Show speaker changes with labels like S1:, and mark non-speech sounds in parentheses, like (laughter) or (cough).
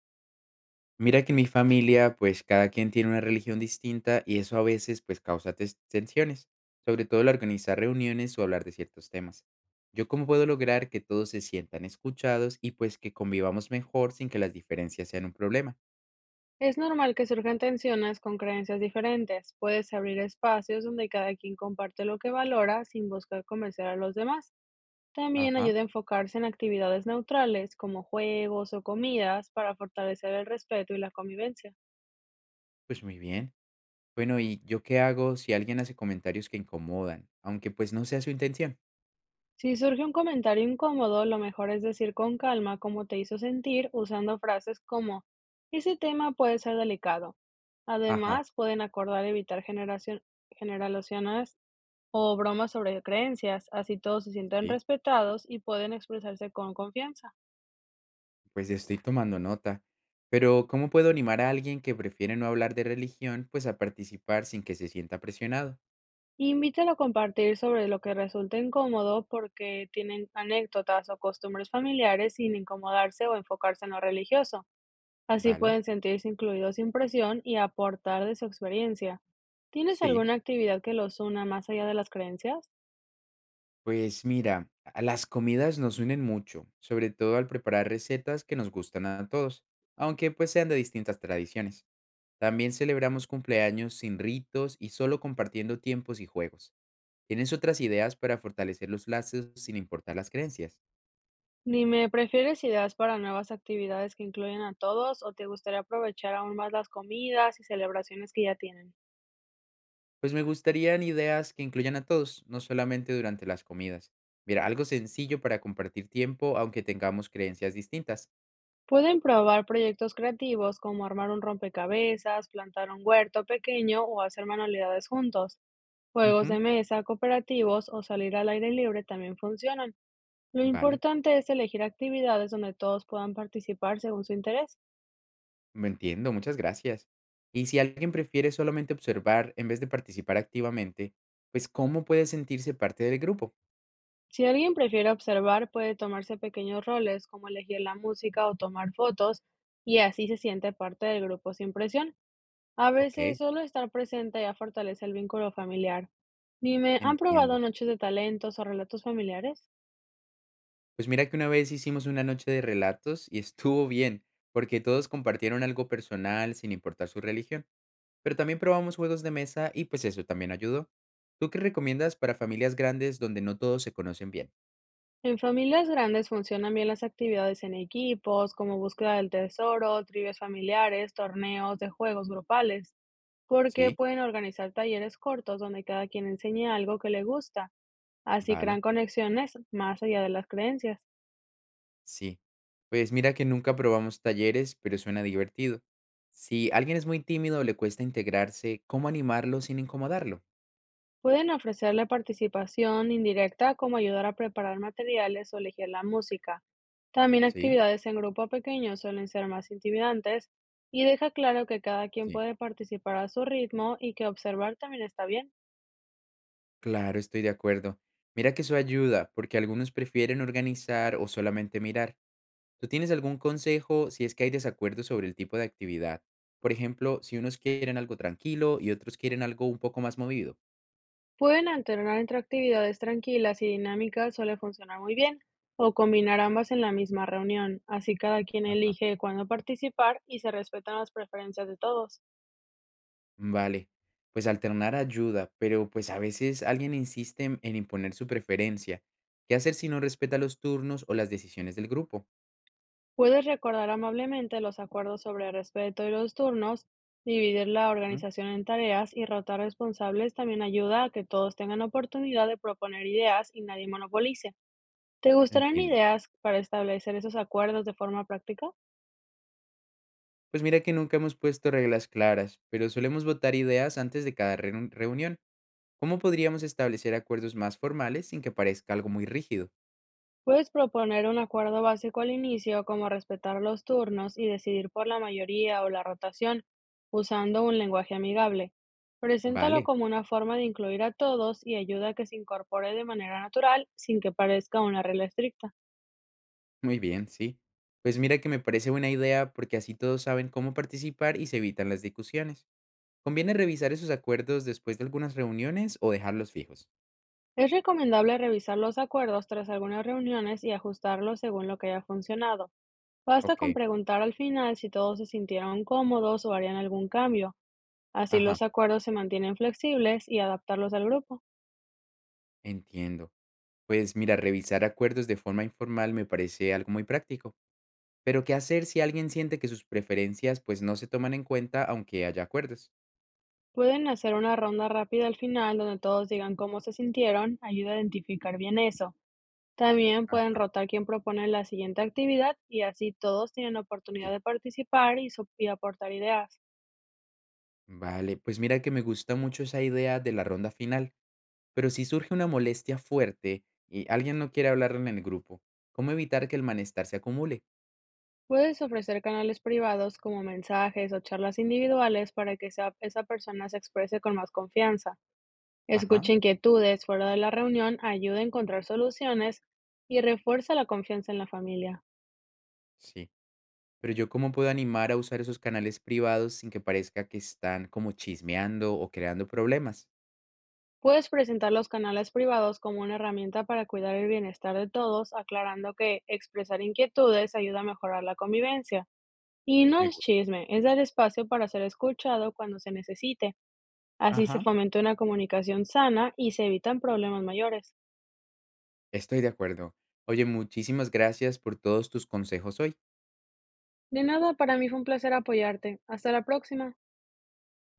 S1: Mira que en mi familia, pues cada quien tiene una religión distinta y eso a veces pues causa tensiones, sobre todo al organizar reuniones o hablar de ciertos temas. ¿Yo cómo puedo lograr que todos se sientan escuchados y pues que convivamos mejor sin que las diferencias sean un problema?
S2: Es normal que surjan tensiones con creencias diferentes. Puedes abrir espacios donde cada quien comparte lo que valora sin buscar convencer a los demás. También
S1: Ajá,
S2: ayuda a enfocarse en actividades neutrales como juegos o comidas para fortalecer el respeto y la convivencia.
S1: pues muy bien. Bueno, ¿y yo qué hago si alguien hace comentarios que incomodan, aunque pues no sea su intención?
S2: Si surge un comentario incómodo, lo mejor es decir con calma cómo te hizo sentir usando frases como ese tema puede ser delicado.
S1: Ajá,
S2: Además, pueden acordar evitar generaciones o bromas sobre creencias, así todos se sienten
S1: sí,
S2: respetados y pueden expresarse con confianza.
S1: pues estoy tomando nota. Pero, ¿cómo puedo animar a alguien que prefiere no hablar de religión, pues a participar sin que se sienta presionado?
S2: Invítalo a compartir sobre lo que resulte incómodo porque tienen anécdotas o costumbres familiares sin incomodarse o enfocarse en lo religioso. Así
S1: Vale,
S2: pueden sentirse incluidos sin presión y aportar de su experiencia. ¿Tienes
S1: sí.
S2: alguna actividad que los una más allá de las creencias?
S1: Pues mira, las comidas nos unen mucho, sobre todo al preparar recetas que nos gustan a todos, aunque pues sean de distintas tradiciones. También celebramos cumpleaños sin ritos y solo compartiendo tiempos y juegos. ¿Tienes otras ideas para fortalecer los lazos sin importar las creencias?
S2: Dime, ¿prefieres ideas para nuevas actividades que incluyen a todos o te gustaría aprovechar aún más las comidas y celebraciones que ya tienen?
S1: Pues me gustarían ideas que incluyan a todos, no solamente durante las comidas. Mira, algo sencillo para compartir tiempo aunque tengamos creencias distintas.
S2: Pueden probar proyectos creativos como armar un rompecabezas, plantar un huerto pequeño o hacer manualidades juntos. Juegos de
S1: Ujú.
S2: mesa, cooperativos o salir al aire libre también funcionan. Lo
S1: Vale.
S2: importante es elegir actividades donde todos puedan participar según su interés.
S1: Lo entiendo, muchas gracias. Y si alguien prefiere solamente observar en vez de participar activamente, pues ¿cómo puede sentirse parte del grupo?
S2: Si alguien prefiere observar, puede tomarse pequeños roles como elegir la música o tomar fotos, y así se siente parte del grupo sin presión. A
S1: Ok,
S2: veces solo estar presente ya fortalece el vínculo familiar. Dime, ¿han
S1: entiendo.
S2: probado noches de talentos o relatos familiares?
S1: Pues mira que una vez hicimos una noche de relatos y (laughs) estuvo bien, porque todos compartieron algo personal sin importar su religión, pero también probamos juegos de mesa y pues eso también ayudó. ¿Tú qué recomiendas para familias grandes donde no todos se conocen bien?
S2: En familias grandes funcionan bien las actividades en equipos, como búsqueda del tesoro, trivias familiares, torneos de juegos grupales, porque
S1: Sí,
S2: pueden organizar talleres cortos donde cada quien enseñe algo que le gusta. Así
S1: vale.
S2: crean conexiones más allá de las creencias.
S1: Sí. Pues mira que nunca probamos talleres, pero suena divertido. Si alguien es muy tímido o le cuesta integrarse, ¿cómo animarlo sin incomodarlo?
S2: Pueden ofrecerle participación indirecta como ayudar a preparar materiales o elegir la música. También
S1: Sí,
S2: actividades en grupo pequeño suelen ser más intimidantes, y deja claro que cada quien
S1: sí.
S2: puede participar a su ritmo y que observar también está bien.
S1: Claro, estoy de acuerdo. Mira que eso ayuda, porque algunos prefieren organizar o solamente mirar. ¿Tú tienes algún consejo si es que hay desacuerdo sobre el tipo de actividad? Por ejemplo, si unos quieren algo tranquilo y otros quieren algo un poco más movido.
S2: Pueden alternar entre actividades tranquilas y dinámicas suele funcionar muy bien, o combinar ambas en la misma reunión, así cada quien elige cuándo participar y se respetan las preferencias de todos.
S1: Vale, pues alternar ayuda, pero pues a veces alguien insiste en imponer su preferencia. ¿Qué hacer si no respeta los turnos o las decisiones del grupo?
S2: Puedes recordar amablemente los acuerdos sobre respeto y los turnos, dividir la
S1: Ujú.
S2: organización en tareas y rotar responsables también ayuda a que todos tengan oportunidad de proponer ideas y nadie monopolice. ¿Te gustarían
S1: Entiendo.
S2: ideas para establecer esos acuerdos de forma práctica?
S1: Pues mira que nunca hemos puesto reglas claras, pero solemos votar ideas antes de cada reunión. ¿Cómo podríamos establecer acuerdos más formales sin que parezca algo muy rígido?
S2: Puedes proponer un acuerdo básico al inicio, como respetar los turnos y decidir por la mayoría o la rotación, usando un lenguaje amigable. Preséntalo
S1: Vale,
S2: como una forma de incluir a todos y ayuda a que se incorpore de manera natural sin que parezca una regla estricta.
S1: muy bien, sí. Pues mira que me parece buena idea porque así todos saben cómo participar y se evitan las discusiones. ¿Conviene revisar esos acuerdos después de algunas reuniones o dejarlos fijos?
S2: Es recomendable revisar los acuerdos tras algunas reuniones y ajustarlos según lo que haya funcionado. Basta
S1: Ok,
S2: con preguntar al final si todos se sintieron cómodos o harían algún cambio. Así
S1: ajá,
S2: los acuerdos se mantienen flexibles y adaptarlos al grupo.
S1: entiendo. Pues mira, revisar acuerdos de forma informal me parece algo muy práctico. Pero ¿qué hacer si alguien siente que sus preferencias pues no se toman en cuenta aunque haya acuerdos?
S2: Pueden hacer una ronda rápida al final donde todos digan cómo se sintieron, ayuda a identificar bien eso. También pueden
S1: Ah,
S2: rotar quién propone la siguiente actividad y así todos tienen oportunidad
S1: sí.
S2: de participar y aportar ideas.
S1: Vale, pues mira que me gusta mucho esa idea de la ronda final, pero si surge una molestia fuerte y alguien no quiere hablar en el grupo, ¿cómo evitar que el malestar se acumule?
S2: Puedes ofrecer canales privados como mensajes o charlas individuales para que esa persona se exprese con más confianza.
S1: Ajá,
S2: Escucha inquietudes fuera de la reunión, ayuda a encontrar soluciones y refuerza la confianza en la familia.
S1: sí. Pero yo, ¿cómo puedo animar a usar esos canales privados sin que parezca que están como chismeando o creando problemas?
S2: Puedes presentar los canales privados como una herramienta para cuidar el bienestar de todos, aclarando que expresar inquietudes ayuda a mejorar la convivencia. Y no
S1: Me
S2: es
S1: gusta.
S2: chisme, es dar espacio para ser escuchado cuando se necesite. Así se
S1: Ajá,
S2: fomenta una comunicación sana y se evitan problemas mayores.
S1: estoy de acuerdo. Oye, muchísimas gracias por todos tus consejos hoy.
S2: De nada, para mí fue un placer apoyarte. Hasta la próxima.